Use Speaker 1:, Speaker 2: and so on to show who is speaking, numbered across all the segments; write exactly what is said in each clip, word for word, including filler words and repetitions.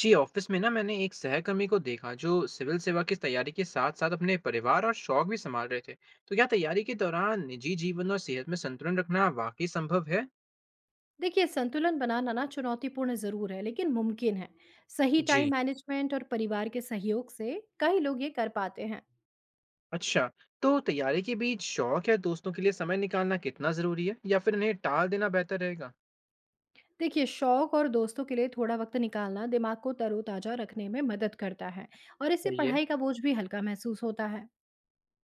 Speaker 1: जी office में ना मैंने एक सहकर्मी को देखा जो सिविल सेवा की तैयारी के साथ साथ अपने परिवार और शौक भी संभाल रहे थे। तो क्या तैयारी के दौरान निजी जीवन और सेहत में संतुलन रखना वाकई संभव है?
Speaker 2: देखिए संतुलन बनाना ना चुनौतीपूर्ण जरूर है लेकिन मुमकिन है। सही
Speaker 1: जी।
Speaker 2: टाइम मैनेजमेंट और परिवार के सहयोग से कई लोग ये कर पाते हैं।
Speaker 1: अच्छा, तो तैयारी के बीच शौक या दोस्तों के लिए समय निकालना कितना जरूरी है, या फिर इन्हें टाल देना बेहतर रहेगा?
Speaker 2: देखिए शौक और दोस्तों के लिए थोड़ा वक्त निकालना दिमाग को तरोताजा रखने में मदद करता है। और इससे
Speaker 1: सही है।
Speaker 2: पढ़ाई का बोझ भी हल्का महसूस होता है।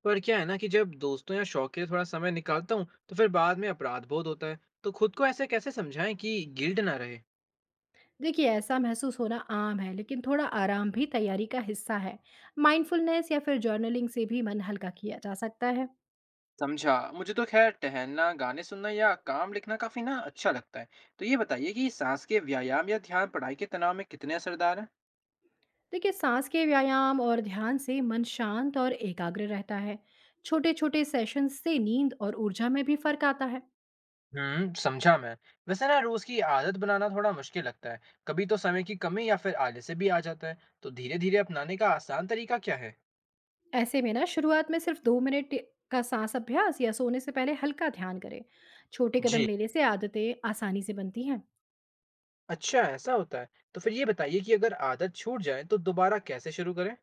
Speaker 1: पर क्या है ना कि जब दोस्तों या शौक के लिए थोड़ा समय निकालता हूँ, तो फिर बाद में अपराध बोध होता है। तो खुद को ऐसे कैसे समझाएं कि गिल्ट ना रहे?
Speaker 2: देखिए ऐसा महसूस होना आम है लेकिन थोड़ा आराम भी तैयारी का हिस्सा है। माइंडफुलनेस या फिर जर्नलिंग से भी मन हल्का किया जा सकता है।
Speaker 1: समझा। मुझे तो खैर टहलना, गाने सुनना या काम लिखना काफी ना अच्छा लगता है। तो ये बताइए कि सांस के व्यायाम या ध्यान पढ़ाई के तनाव में कितने असरदार हैं?
Speaker 2: देखिए सांस के व्यायाम और ध्यान से मन शांत और एकाग्र रहता है। छोटे छोटे सेशन से नींद और ऊर्जा में भी फर्क आता है।
Speaker 1: हम्म, समझा मैं। वैसे ना रोज की आदत बनाना थोड़ा मुश्किल लगता है। कभी तो समय की कमी या फिर आलस से भी आ जाता है। तो धीरे धीरे अपनाने का आसान तरीका क्या है?
Speaker 2: ऐसे में ना शुरुआत में सिर्फ दो मिनट का सांस अभ्यास या सोने से पहले हल्का ध्यान करें। छोटे कदम
Speaker 1: जी।
Speaker 2: लेने से आदतें आसानी से बनती हैं।
Speaker 1: अच्छा, ऐसा होता है? तो फिर ये बताइए कि अगर आदत छूट जाए तो दोबारा कैसे शुरू करें?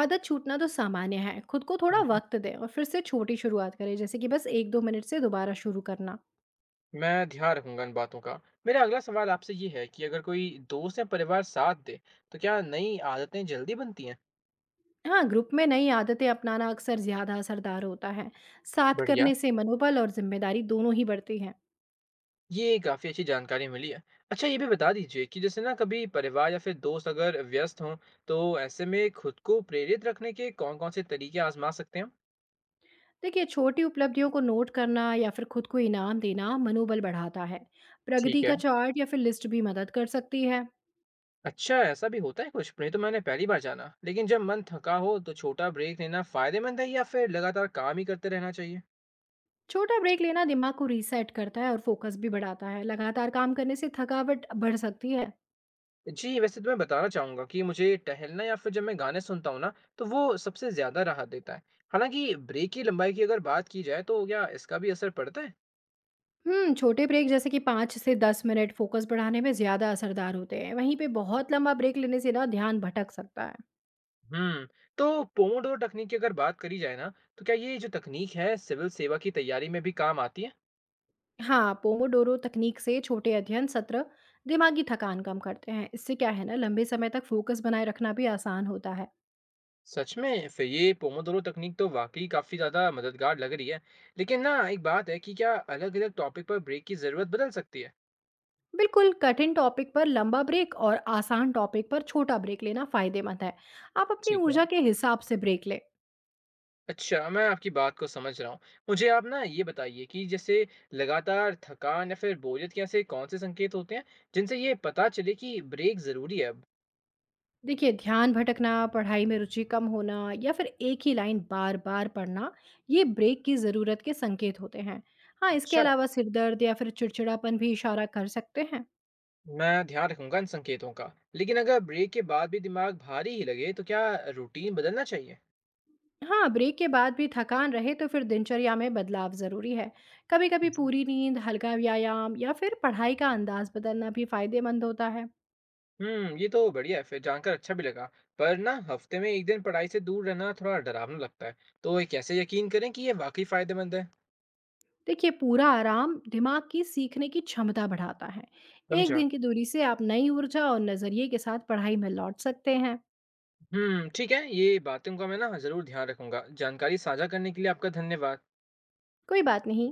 Speaker 2: आदत छूटना तो सामान्य है, खुद को थोड़ा वक्त दें और फिर से छोटी शुरुआत करें, जैसे कि बस एक दो मिनट से दोबारा शुरू करना।
Speaker 1: मैं ध्यान रखूंगा इन बातों का। मेरा अगला सवाल आपसे ये है कि अगर कोई दोस्त या परिवार साथ दे, तो क्या नई आदतें जल्दी बनती हैं?
Speaker 2: हाँ, ग्रुप में नई आदतें अपनाना अक्सर ज्यादा असरदार होता है। साथ
Speaker 1: बढ़िया,
Speaker 2: करने से मनोबल और जिम्मेदारी दोनों ही बढ़ती है।
Speaker 1: ये काफ़ी अच्छी जानकारी मिली है। अच्छा, ये भी बता दीजिए कि जैसे ना कभी परिवार या फिर दोस्त अगर व्यस्त हों, तो ऐसे में खुद को प्रेरित रखने के कौन-कौन से तरीके आजमा सकते हैं?
Speaker 2: देखिए छोटी उपलब्धियों को नोट करना या फिर खुद को इनाम देना मनोबल बढ़ाता है। प्रगति
Speaker 1: ठीक है।
Speaker 2: का चार्ट या फिर लिस्ट भी मदद कर सकती है।
Speaker 1: अच्छा, ऐसा भी होता है कुछ? नहीं, तो मैंने पहली बार जाना। लेकिन जब मन थका हो तो छोटा ब्रेक लेना फ़ायदेमंद है, या फिर लगातार काम ही करते रहना चाहिए?
Speaker 2: छोटा ब्रेक लेना दिमाग को रीसेट करता है और फोकस भी बढ़ाता है। लगातार काम करने से थकावट बढ़ सकती है।
Speaker 1: जी, वैसे तो मैं बताना चाहूँगा कि मुझे टहलना या फिर जब मैं गाने सुनता हूँ ना, तो वो सबसे ज़्यादा राहत देता है। हालाँकि ब्रेक की लंबाई की अगर बात की जाए, तो क्या इसका भी असर पड़ता है?
Speaker 2: हम्म छोटे ब्रेक जैसे कि पाँच से दस मिनट फोकस बढ़ाने में ज़्यादा असरदार होते हैं। वहीं पे बहुत लंबा ब्रेक लेने से ना ध्यान भटक सकता है।
Speaker 1: हुँ, तो पोमोडोर तकनीक की अगर बात करी जाए ना, तो क्या ये जो तकनीक है, सिविल सेवा की तैयारी में भी काम आती है?
Speaker 2: हाँ, पोमोडोरो तकनीक से छोटे अध्ययन सत्र दिमागी थकान कम करते हैं। इससे क्या है ना, लंबे समय तक फोकस बनाए रखना भी आसान होता है।
Speaker 1: सच में? फिर ये पोमोडोरो तकनीक तो वाक़ई काफ़ी ज़्यादा मददगार लग रही है। लेकिन ना, एक बात है कि क्या अलग-अलग टॉपिक पर ब्रेक की ज़रूरत बदल सकती है?
Speaker 2: बिल्कुल, कठिन टॉपिक पर लंबा ब्रेक और आसान टॉपिक पर छोटा ब्रेक लेना फायदेमंद है। आप अपनी
Speaker 1: ठीक है।
Speaker 2: ऊर्जा के हिसाब से ब्रेक लें।
Speaker 1: अच्छा, मैं आपकी बात को समझ रहा हूँ। मुझे आप ना ये बताइए कि जैसे लगातार थकान या फिर बोरियत के ऐसे कौन-से संकेत होते हैं, जिनसे ये पता चले कि ब्रेक ज़रूरी है अब?
Speaker 2: देखिए ध्यान भटकना, पढ़ाई में रुचि कम होना या फिर एक ही लाइन बार बार पढ़ना, ये ब्रेक की ज़रूरत के संकेत होते हैं। हाँ, इसके
Speaker 1: अच्छा,
Speaker 2: अलावा सिर दर्द या फिर चिड़चिड़ापन भी इशारा कर सकते हैं।
Speaker 1: मैं ध्यान रखूँगा इन संकेतों का। लेकिन अगर ब्रेक के बाद भी दिमाग भारी ही लगे, तो क्या रूटीन बदलना चाहिए?
Speaker 2: हाँ, ब्रेक के बाद भी थकान रहे तो फिर दिनचर्या में बदलाव ज़रूरी है। कभी कभी पूरी नींद, हल्का व्यायाम या फिर पढ़ाई का अंदाज बदलना भी फायदेमंद होता है।
Speaker 1: हुँ, ये तो बढ़िया है, फिर जानकर अच्छा भी लगा। पर ना हफ़्ते में एक दिन पढ़ाई से दूर रहना थोड़ा डरावना लगता है। तो ये कैसे यकीन करें कि ये वाक़ई फ़ायदेमंद है?
Speaker 2: देखिए पूरा आराम दिमाग की सीखने की क्षमता बढ़ाता है। एक
Speaker 1: समझा।
Speaker 2: दिन की दूरी से आप नई ऊर्जा और नजरिए के साथ पढ़ाई में लौट सकते हैं।
Speaker 1: हुँ, ठीक है। ये बातों का मैं ना ज़रूर ध्यान रखूँगा। जानकारी साझा करने के लिए आपका धन्यवाद।
Speaker 2: कोई बात नहीं।